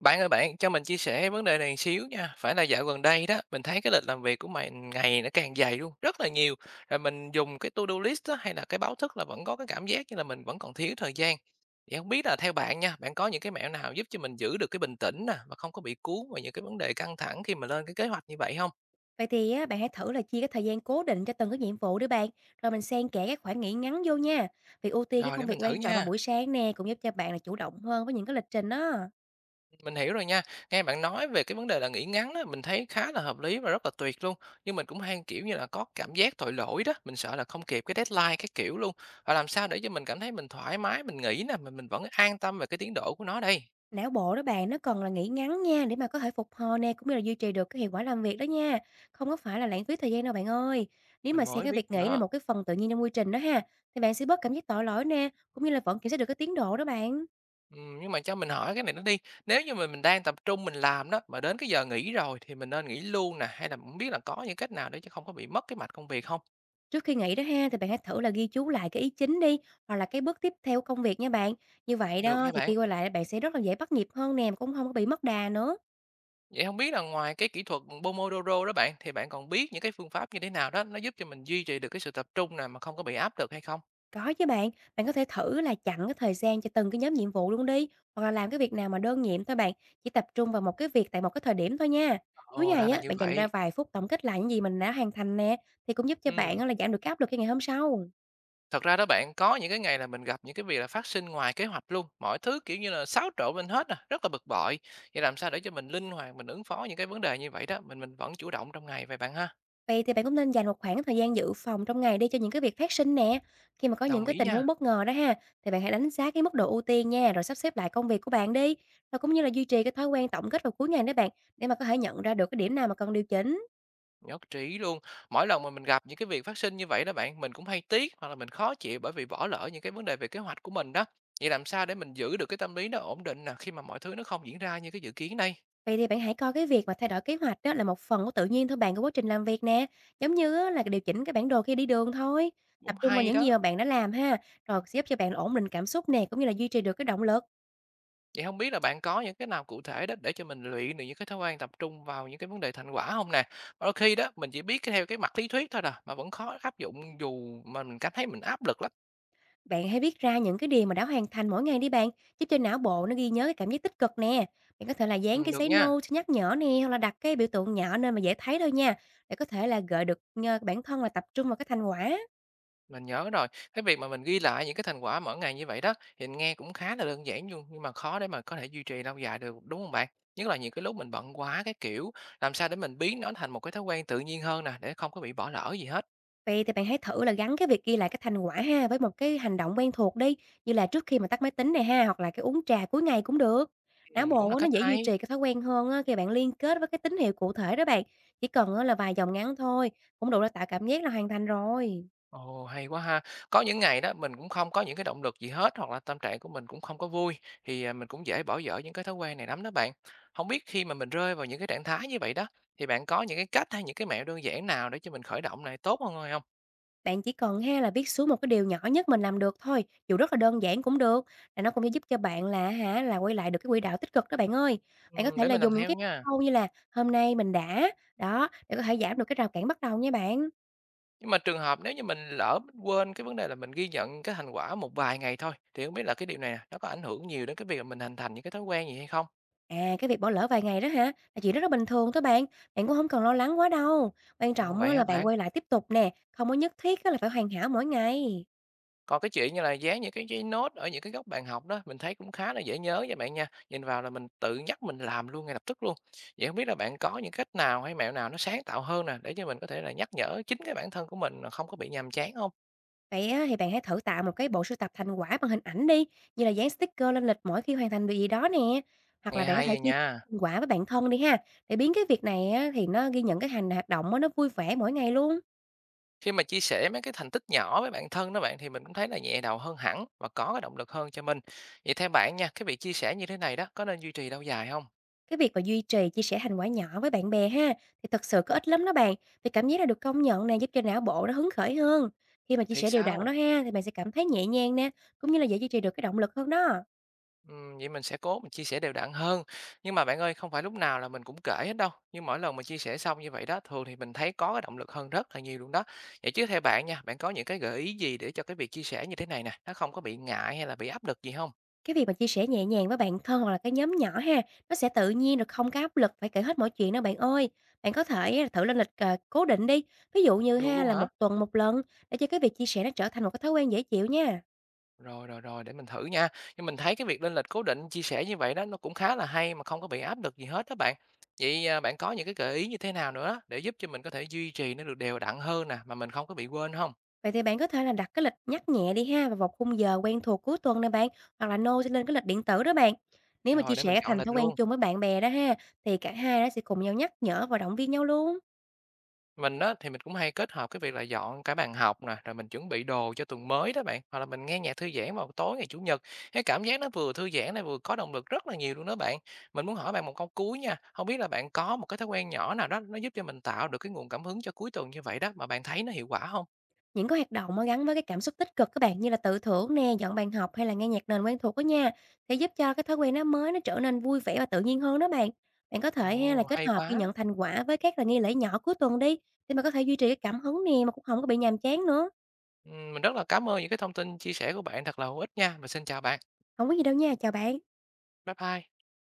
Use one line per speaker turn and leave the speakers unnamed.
Bạn ơi bạn, cho mình chia sẻ vấn đề này xíu nha. Phải là dạo gần đây đó, mình thấy cái lịch làm việc của mình ngày nó càng dày luôn, rất là nhiều. Rồi mình dùng cái to-do list đó hay là cái báo thức là vẫn có cái cảm giác như là mình vẫn còn thiếu thời gian. Thì không biết là theo bạn nha, bạn có những cái mẹo nào giúp cho mình giữ được cái bình tĩnh nè và không có bị cuốn vào những cái vấn đề căng thẳng khi mà lên cái kế hoạch như vậy không?
Vậy thì á, bạn hãy thử là chia cái thời gian cố định cho từng cái nhiệm vụ đi bạn, rồi mình xen kẽ các khoảng nghỉ ngắn vô nha. Việc ưu tiên cái
Rồi
công
để mình
việc
thử
quan trọng vào
nha.
buổi sáng nè, cũng giúp cho bạn là chủ động hơn với những cái lịch trình đó.
Mình hiểu rồi nha. Nghe bạn nói về cái vấn đề là nghỉ ngắn đó, mình thấy khá là hợp lý và rất là tuyệt luôn. Nhưng mình cũng hay kiểu như là có cảm giác tội lỗi đó, mình sợ là không kịp cái deadline cái kiểu luôn. Và làm sao để cho mình cảm thấy mình thoải mái, mình nghỉ nè, mình vẫn an tâm về cái tiến độ của nó đây.
Não bộ đó bạn, nó còn là nghỉ ngắn nha, để mà có thể phục hồi nè, cũng như là duy trì được cái hiệu quả làm việc đó nha. Không có phải là lãng phí thời gian đâu bạn ơi. Nếu
Mình
mà xem
mới
cái
biết
việc
luôn
nghỉ là
đó.
một cái phần tự nhiên trong quy trình đó ha, thì bạn sẽ bớt cảm giác tội lỗi nè, cũng như là vẫn kiểm soát được cái tiến độ đó bạn.
Nhưng mà cho mình hỏi cái này nó đi. Nếu như mình đang tập trung mình làm đó mà đến cái giờ nghỉ rồi thì mình nên nghỉ luôn nè hay là không biết là có những cách nào để cho không có bị mất cái mạch công việc không?
Trước khi nghỉ đó ha, thì bạn hãy thử là ghi chú lại cái ý chính đi, hoặc là cái bước tiếp theo của công việc nha bạn. Như vậy
Được
đó
nha
thì
bạn.
khi quay lại bạn sẽ rất là dễ bắt nhịp hơn nè, mà cũng không có bị mất đà nữa.
Vậy không biết là ngoài cái kỹ thuật Pomodoro đó bạn, thì bạn còn biết những cái phương pháp như thế nào đó, nó giúp cho mình duy trì được cái sự tập trung nè, mà không có bị áp lực hay không?
Có chứ bạn, bạn có thể thử là chặn cái thời gian cho từng cái nhóm nhiệm vụ luôn đi, hoặc là làm cái việc nào mà đơn nhiệm thôi bạn, chỉ tập trung vào một cái việc tại một cái thời điểm thôi nha. Cuối
Ồ, ra
ngày
là
á,
như
bạn dành ra
vậy.
vài phút tổng kết lại những gì mình đã hoàn thành nè, thì cũng giúp cho bạn
Ừm,
á là giảm được cái áp lực cho ngày hôm sau.
thật ra đó bạn, có những cái ngày là mình gặp những cái việc là phát sinh ngoài kế hoạch luôn, mọi thứ, kiểu như là, xáo trộn lên hết à, rất là bực bội. Vậy làm sao để cho mình linh hoạt, mình ứng phó những cái vấn đề như vậy đó, mình vẫn chủ động trong ngày vậy bạn ha?
Vậy thì bạn cũng nên dành một khoảng thời gian dự phòng trong ngày đi cho những cái việc phát sinh nè. Khi mà có những
Đồng
cái
ý
tình
nha.
huống bất ngờ đó ha, thì bạn hãy đánh giá cái mức độ ưu tiên nha, rồi sắp xếp lại công việc của bạn đi. Rồi cũng như là duy trì cái thói quen tổng kết vào cuối ngày đó bạn, để mà có thể nhận ra được cái điểm nào mà cần điều chỉnh.
Nhất trí luôn. Mỗi lần mà mình gặp những cái việc phát sinh như vậy đó bạn, mình cũng hay tiếc hoặc là mình khó chịu bởi vì bỏ lỡ những cái vấn đề về kế hoạch của mình đó. Vậy làm sao để mình giữ được cái tâm lý nó ổn định nè khi mà mọi thứ nó không diễn ra như cái dự kiến đây?
Vậy thì bạn hãy coi cái việc mà thay đổi kế hoạch đó là một phần của tự nhiên thôi bạn của quá trình làm việc nè. Giống như á, là điều chỉnh cái bản đồ khi đi đường thôi.
Cũng
Tập trung vào
hay
những gì
đó.
mà bạn đã làm ha, rồi sẽ giúp cho bạn ổn định cảm xúc nè, cũng như là duy trì được cái động lực.
Vậy không biết là bạn có những cái nào cụ thể đó để cho mình luyện được những cái thói quen tập trung vào những cái vấn đề thành quả không nè? Đôi khi đó mình chỉ biết cái theo cái mặt lý thuyết thôi rồi mà vẫn khó áp dụng dù mà mình cảm thấy mình áp lực lắm.
Bạn hãy viết ra những cái điều mà đã hoàn thành mỗi ngày đi bạn, giúp cho não bộ nó ghi nhớ cái cảm giác tích cực nè. Bạn có thể là
Ừ,
dán cái
được
giấy
nha.
note nhắc nhở nè, hoặc là đặt cái biểu tượng nhỏ nên mà dễ thấy thôi nha, để có thể là gợi được bản thân là tập trung vào cái thành quả.
Mình nhớ rồi, cái việc mà mình ghi lại những cái thành quả mỗi ngày như vậy đó, thì nghe cũng khá là đơn giản luôn nhưng mà khó để mà có thể duy trì lâu dài được, đúng không bạn? Nhất là những cái lúc mình bận quá cái kiểu, làm sao để mình biến nó thành một cái thói quen tự nhiên hơn nè, để không có bị bỏ lỡ gì hết.
Vậy thì bạn hãy thử là gắn cái việc ghi lại cái thành quả ha với một cái hành động quen thuộc đi, như là trước khi mà tắt máy tính này ha, hoặc là cái uống trà cuối ngày cũng được. Não
Cũng
bộ
là
á, nó
cách
dễ duy
hay.
trì cái thói quen hơn á, khi bạn liên kết với cái tín hiệu cụ thể đó bạn. Chỉ cần á là vài dòng ngắn thôi, cũng đủ để tạo cảm giác là hoàn thành rồi.
Ồ, hay quá ha! Có những ngày đó mình cũng không có những cái động lực gì hết hoặc là tâm trạng của mình cũng không có vui, thì, à, mình cũng dễ bỏ dở những cái thói quen này lắm đó bạn. Không biết khi mà mình rơi vào những cái trạng thái như vậy đó, thì bạn có những cái cách hay những cái mẹo đơn giản nào để cho mình khởi động này tốt hơn không?
Bạn chỉ cần ha là viết xuống một cái điều nhỏ nhất mình làm được thôi, dù rất là đơn giản cũng được, là nó cũng sẽ giúp cho bạn là hả, là quay lại được cái quỹ đạo tích cực đó bạn ơi. Bạn có thể
Để
là
mình làm
dùng những
theo
cái
nha.
câu như là "Hôm nay mình đã", đó, để có thể giảm được cái rào cản bắt đầu nha bạn.
Nhưng mà trường hợp nếu như mình lỡ mình quên cái vấn đề là mình ghi nhận cái thành quả một vài ngày thôi, thì không biết là cái điều này nè, nó có ảnh hưởng nhiều đến cái việc mà mình hình thành những cái thói quen gì hay không?
À, cái việc bỏ lỡ vài ngày đó hả, là chuyện rất là bình thường thôi bạn, bạn cũng không cần lo lắng quá đâu. Quan
Ồ,
trọng
vậy
á là
hả
bạn
bạn?
quay lại tiếp tục nè, không có nhất thiết á là phải hoàn hảo mỗi ngày.
Còn cái chuyện như là dán những cái giấy nốt ở những cái góc bàn học đó, mình thấy cũng khá là dễ nhớ nha bạn nha. Nhìn vào là mình tự nhắc mình làm luôn ngay lập tức luôn. Vậy hông biết là bạn có những cách nào hay mẹo nào nó sáng tạo hơn nè, để cho mình có thể là nhắc nhở chính cái bản thân của mình là không có bị nhàm chán không?
Vậy á, thì bạn hãy thử tạo một cái bộ sưu tập thành quả bằng hình ảnh đi, như là dán sticker lên lịch mỗi khi hoàn thành việc gì đó nè. Hoặc là
Nghe
bạn có
hay
thể
rồi
chia
nha.
thành quả với bạn thân đi ha, để biến cái việc này á, thì nó ghi nhận cái hành hoạt động á, nó vui vẻ mỗi ngày luôn.
Khi mà chia sẻ mấy cái thành tích nhỏ với bạn thân đó bạn thì mình cũng thấy là nhẹ đầu hơn hẳn và có cái động lực hơn cho mình. Vậy theo bạn nha, cái việc chia sẻ như thế này đó có nên duy trì lâu dài không?
Cái việc mà duy trì chia sẻ thành quả nhỏ với bạn bè ha, thì thật sự có ích lắm đó bạn. Vì cảm giác là được công nhận này giúp cho não bộ nó hứng khởi hơn. Khi mà chia
Thiệt
sẻ đều đặn
sao?
đó ha, thì bạn sẽ cảm thấy nhẹ nhàng nè, cũng như là dễ duy trì được cái động lực hơn đó.
Vậy mình sẽ cố mình chia sẻ đều đặn hơn. Nhưng mà bạn ơi, không phải lúc nào là mình cũng kể hết đâu. Nhưng mỗi lần mà chia sẻ xong như vậy đó, thường thì mình thấy có cái động lực hơn rất là nhiều luôn đó. Vậy chứ theo bạn nha, bạn có những cái gợi ý gì để cho cái việc chia sẻ như thế này nè, nó không có bị ngại hay là bị áp lực gì không?
Cái việc mà chia sẻ nhẹ nhàng với bạn thân hoặc là cái nhóm nhỏ ha, nó sẽ tự nhiên rồi không có áp lực phải kể hết mọi chuyện đâu bạn ơi. Bạn có thể thử lên lịch, cố định đi, ví dụ như
Được
ha
luôn
là một
hả?
tuần một lần để cho cái việc chia sẻ nó trở thành một cái thói quen dễ chịu nha.
Rồi, rồi, rồi, để mình thử nha. Nhưng mình thấy cái việc lên lịch cố định chia sẻ như vậy đó nó cũng khá là hay mà không có bị áp lực gì hết đó bạn. Vậy à, bạn có những cái gợi ý như thế nào nữa để giúp cho mình có thể duy trì nó được đều đặn hơn nè mà mình không có bị quên không?
Vậy thì bạn có thể là đặt cái lịch nhắc nhẹ đi ha, vào một khung giờ quen thuộc cuối tuần nè bạn, hoặc là nô lên cái lịch điện tử đó bạn. Nếu mà chia
Rồi để mình
sẻ
chọn
thành
lịch
thói quen
luôn.
chung với bạn bè đó ha, thì cả hai nó sẽ cùng nhau nhắc nhở và động viên nhau luôn.
Mình á, thì mình cũng hay kết hợp cái việc là dọn cả bàn học nè, rồi mình chuẩn bị đồ cho tuần mới đó bạn, hoặc là mình nghe nhạc thư giãn vào tối ngày Chủ nhật. Cái cảm giác nó vừa thư giãn này vừa có động lực rất là nhiều luôn đó bạn. Mình muốn hỏi bạn một câu cuối nha, không biết là bạn có một cái thói quen nhỏ nào đó nó giúp cho mình tạo được cái nguồn cảm hứng cho cuối tuần như vậy đó, mà bạn thấy nó hiệu quả không?
Những cái hoạt động mà gắn với cái cảm xúc tích cực các bạn, như là tự thưởng nè, dọn bàn học hay là nghe nhạc nền quen thuộc á nha, sẽ giúp cho cái thói quen nó mới nó trở nên vui vẻ và tự nhiên hơn đó bạn. Bạn có thể ha là
Ồ,
kết
hay
hợp ghi
quá!
nhận thành quả với các là nghi lễ nhỏ cuối tuần đi, để mà có thể duy trì cái cảm hứng nè mà cũng không có bị nhàm chán nữa.
Mình rất là cảm ơn những cái thông tin chia sẻ của bạn thật là hữu ích nha. Mình xin chào bạn.
Không có gì đâu nha, chào bạn.
Bye bye.